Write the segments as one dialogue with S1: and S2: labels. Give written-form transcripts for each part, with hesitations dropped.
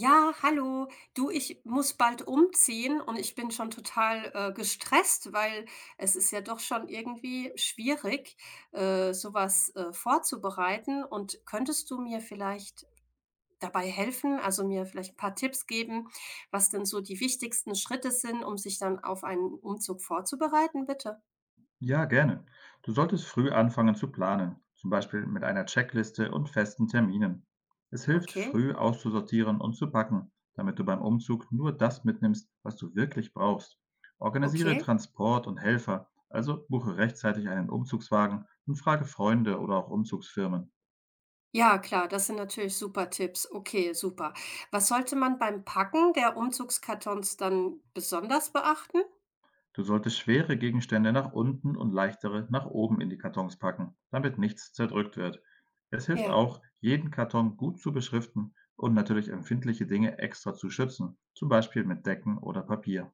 S1: Ja, hallo. Du, ich muss bald umziehen und ich bin schon total gestresst, weil es ist ja doch schon irgendwie schwierig, sowas vorzubereiten. Und könntest du mir vielleicht dabei helfen, also mir vielleicht ein paar Tipps geben, was denn so die wichtigsten Schritte sind, um sich dann auf einen Umzug vorzubereiten, bitte?
S2: Ja, gerne. Du solltest früh anfangen zu planen, zum Beispiel mit einer Checkliste und festen Terminen. Es hilft,
S1: Okay,
S2: früh auszusortieren und zu packen, damit du beim Umzug nur das mitnimmst, was du wirklich brauchst. Organisiere
S1: okay.
S2: Transport und Helfer, also buche rechtzeitig einen Umzugswagen und frage Freunde oder auch Umzugsfirmen.
S1: Ja, klar, das sind natürlich super Tipps. Okay, super. Was sollte man beim Packen der Umzugskartons dann besonders beachten?
S2: Du solltest schwere Gegenstände nach unten und leichtere nach oben in die Kartons packen, damit nichts zerdrückt wird. Es hilft
S1: Ja.
S2: auch, jeden Karton gut zu beschriften und natürlich empfindliche Dinge extra zu schützen, zum Beispiel mit Decken oder Papier.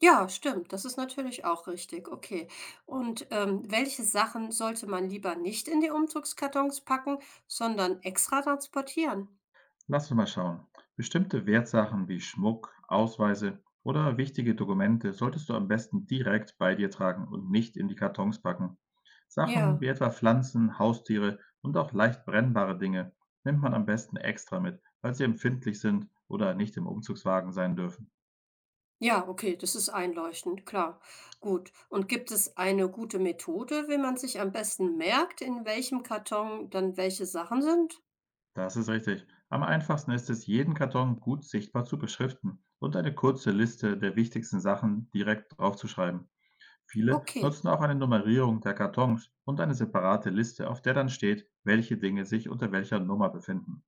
S1: Ja, stimmt. Das ist natürlich auch richtig. Okay. Und welche Sachen sollte man lieber nicht in die Umzugskartons packen, sondern extra transportieren?
S2: Lass uns mal schauen. Bestimmte Wertsachen wie Schmuck, Ausweise oder wichtige Dokumente solltest du am besten direkt bei dir tragen und nicht in die Kartons packen. Sachen wie
S1: Ja.
S2: etwa Pflanzen, Haustiere und auch leicht brennbare Dinge nimmt man am besten extra mit, weil sie empfindlich sind oder nicht im Umzugswagen sein dürfen.
S1: Ja, okay, das ist einleuchtend, klar. Gut. Und gibt es eine gute Methode, wie man sich am besten merkt, in welchem Karton dann welche Sachen sind?
S2: Das ist richtig. Am einfachsten ist es, jeden Karton gut sichtbar zu beschriften und eine kurze Liste der wichtigsten Sachen direkt draufzuschreiben. Viele
S1: Okay.
S2: nutzen auch eine Nummerierung der Kartons und eine separate Liste, auf der dann steht, welche Dinge sich unter welcher Nummer befinden.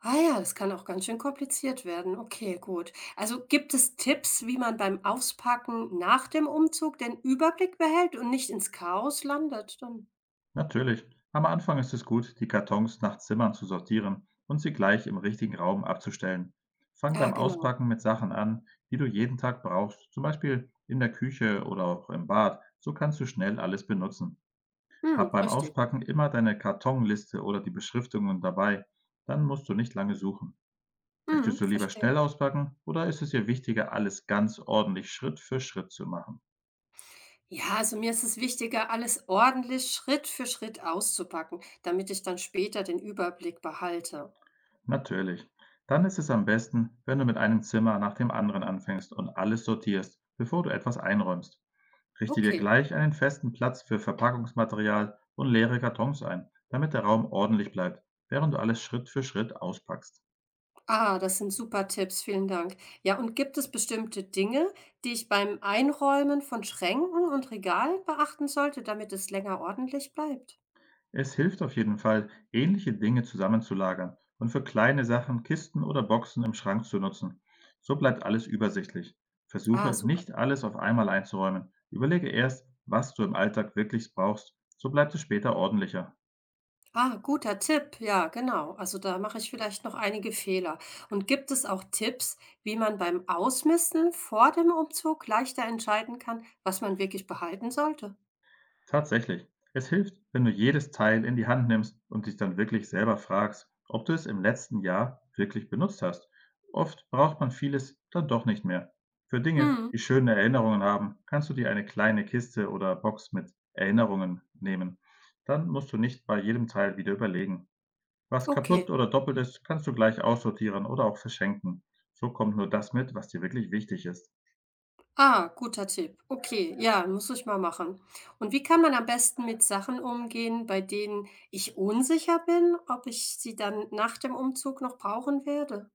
S1: Ah ja, das kann auch ganz schön kompliziert werden. Okay, gut. Also gibt es Tipps, wie man beim Auspacken nach dem Umzug den Überblick behält und nicht ins Chaos landet? Dann,
S2: Natürlich, am Anfang ist es gut, die Kartons nach Zimmern zu sortieren und sie gleich im richtigen Raum abzustellen. Fang
S1: ja,
S2: beim
S1: genau.
S2: Auspacken mit Sachen an, die du jeden Tag brauchst, zum Beispiel in der Küche oder auch im Bad, so kannst du schnell alles benutzen. Hab
S1: Hm,
S2: beim
S1: richtig.
S2: Auspacken immer deine Kartonliste oder die Beschriftungen dabei, dann musst du nicht lange suchen. Möchtest
S1: Hm,
S2: du lieber
S1: verstehe.
S2: schnell auspacken oder ist es dir wichtiger, alles ganz ordentlich Schritt für Schritt zu machen?
S1: Ja, also mir ist es wichtiger, alles ordentlich Schritt für Schritt auszupacken, damit ich dann später den Überblick behalte.
S2: Natürlich. Dann ist es am besten, wenn du mit einem Zimmer nach dem anderen anfängst und alles sortierst, bevor du etwas einräumst. Richte dir
S1: Okay.
S2: gleich einen festen Platz für Verpackungsmaterial und leere Kartons ein, damit der Raum ordentlich bleibt, während du alles Schritt für Schritt auspackst.
S1: Ah, das sind super Tipps, vielen Dank. Ja, und gibt es bestimmte Dinge, die ich beim Einräumen von Schränken und Regalen beachten sollte, damit es länger ordentlich bleibt?
S2: Es hilft auf jeden Fall, ähnliche Dinge zusammenzulagern und für kleine Sachen Kisten oder Boxen im Schrank zu nutzen. So bleibt alles übersichtlich.
S1: Ah,
S2: Versuche
S1: super.
S2: nicht alles auf einmal einzuräumen. Überlege erst, was du im Alltag wirklich brauchst. So bleibt es später ordentlicher.
S1: Ah, guter Tipp. Ja, genau. Also da mache ich vielleicht noch einige Fehler. Und gibt es auch Tipps, wie man beim Ausmisten vor dem Umzug leichter entscheiden kann, was man wirklich behalten sollte?
S2: Tatsächlich. Es hilft, wenn du jedes Teil in die Hand nimmst und dich dann wirklich selber fragst, ob du es im letzten Jahr wirklich benutzt hast. Oft braucht man vieles dann doch nicht mehr. Für Dinge,
S1: Hm,
S2: die schöne Erinnerungen haben, kannst du dir eine kleine Kiste oder Box mit Erinnerungen nehmen. Dann musst du nicht bei jedem Teil wieder überlegen. Was
S1: okay.
S2: kaputt oder doppelt ist, kannst du gleich aussortieren oder auch verschenken. So kommt nur das mit, was dir wirklich wichtig ist.
S1: Ah, guter Tipp. Okay, ja, muss ich mal machen. Und wie kann man am besten mit Sachen umgehen, bei denen ich unsicher bin, ob ich sie dann nach dem Umzug noch brauchen werde?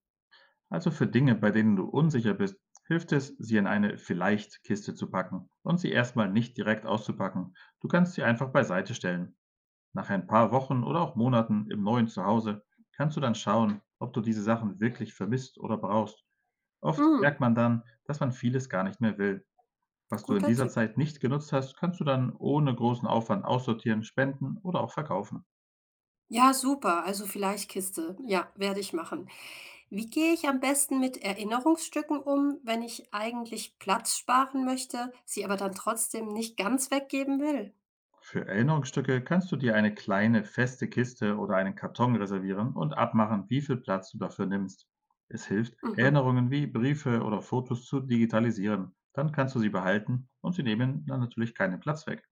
S2: Also für Dinge, bei denen du unsicher bist, hilft es, sie in eine Vielleicht-Kiste zu packen und sie erstmal nicht direkt auszupacken. Du kannst sie einfach beiseite stellen. Nach ein paar Wochen oder auch Monaten im neuen Zuhause kannst du dann schauen, ob du diese Sachen wirklich vermisst oder brauchst. Oft merkt
S1: Hm,
S2: man dann, dass man vieles gar nicht mehr will. Was du in
S1: guter
S2: dieser
S1: Tipp.
S2: Zeit nicht genutzt hast, kannst du dann ohne großen Aufwand aussortieren, spenden oder auch verkaufen.
S1: Ja, super. Also vielleicht Kiste. Ja, werde ich machen. Wie gehe ich am besten mit Erinnerungsstücken um, wenn ich eigentlich Platz sparen möchte, sie aber dann trotzdem nicht ganz weggeben will?
S2: Für Erinnerungsstücke kannst du dir eine kleine feste Kiste oder einen Karton reservieren und abmachen, wie viel Platz du dafür nimmst. Es hilft,
S1: Mhm,
S2: Erinnerungen wie Briefe oder Fotos zu digitalisieren. Dann kannst du sie behalten und sie nehmen dann natürlich keinen Platz weg.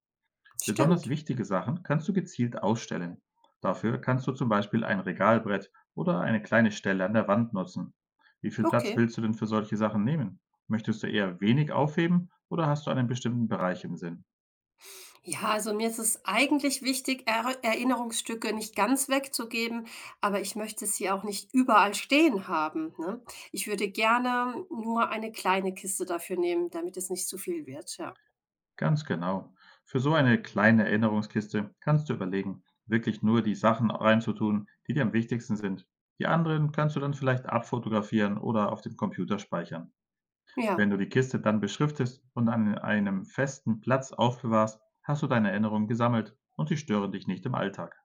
S2: Besonders
S1: stimmt.
S2: wichtige Sachen kannst du gezielt ausstellen. Dafür kannst du zum Beispiel ein Regalbrett oder eine kleine Stelle an der Wand nutzen. Wie viel Platz
S1: Okay.
S2: willst du denn für solche Sachen nehmen? Möchtest du eher wenig aufheben oder hast du einen bestimmten Bereich im Sinn?
S1: Ja, also mir ist es eigentlich wichtig, Er Erinnerungsstücke nicht ganz wegzugeben, aber ich möchte sie auch nicht überall stehen haben, ne? Ich würde gerne nur eine kleine Kiste dafür nehmen, damit es nicht zu viel wird, ja.
S2: Ganz genau. Für so eine kleine Erinnerungskiste kannst du überlegen, wirklich nur die Sachen reinzutun, die dir am wichtigsten sind. Die anderen kannst du dann vielleicht abfotografieren oder auf dem Computer speichern. Wenn
S1: Ja,
S2: du die Kiste dann beschriftest und an einem festen Platz aufbewahrst, hast du deine Erinnerungen gesammelt und sie stören dich nicht im Alltag.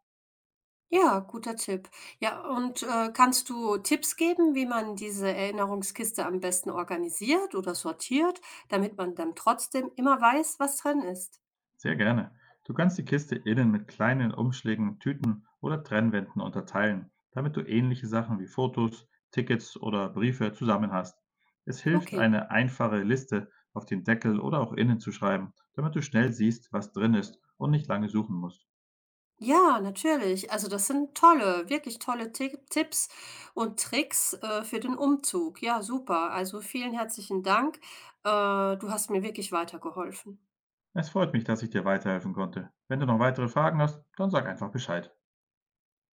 S1: ja, guter Tipp. Ja, und, kannst du Tipps geben, wie man diese Erinnerungskiste am besten organisiert oder sortiert, damit man dann trotzdem immer weiß, was drin ist?
S2: Sehr gerne. Du kannst die Kiste innen mit kleinen Umschlägen, Tüten oder Trennwänden unterteilen, damit du ähnliche Sachen wie Fotos, Tickets oder Briefe zusammen hast. Es hilft,
S1: Okay.
S2: eine einfache Liste auf den Deckel oder auch innen zu schreiben, damit du schnell siehst, was drin ist und nicht lange suchen musst.
S1: Ja, natürlich. Also das sind tolle, wirklich tolle Ti Tipps und Tricks, für den Umzug. Ja, super. Also vielen herzlichen Dank. Äh, du hast mir wirklich weitergeholfen.
S2: Es freut mich, dass ich dir weiterhelfen konnte. Wenn du noch weitere Fragen hast, dann sag einfach Bescheid.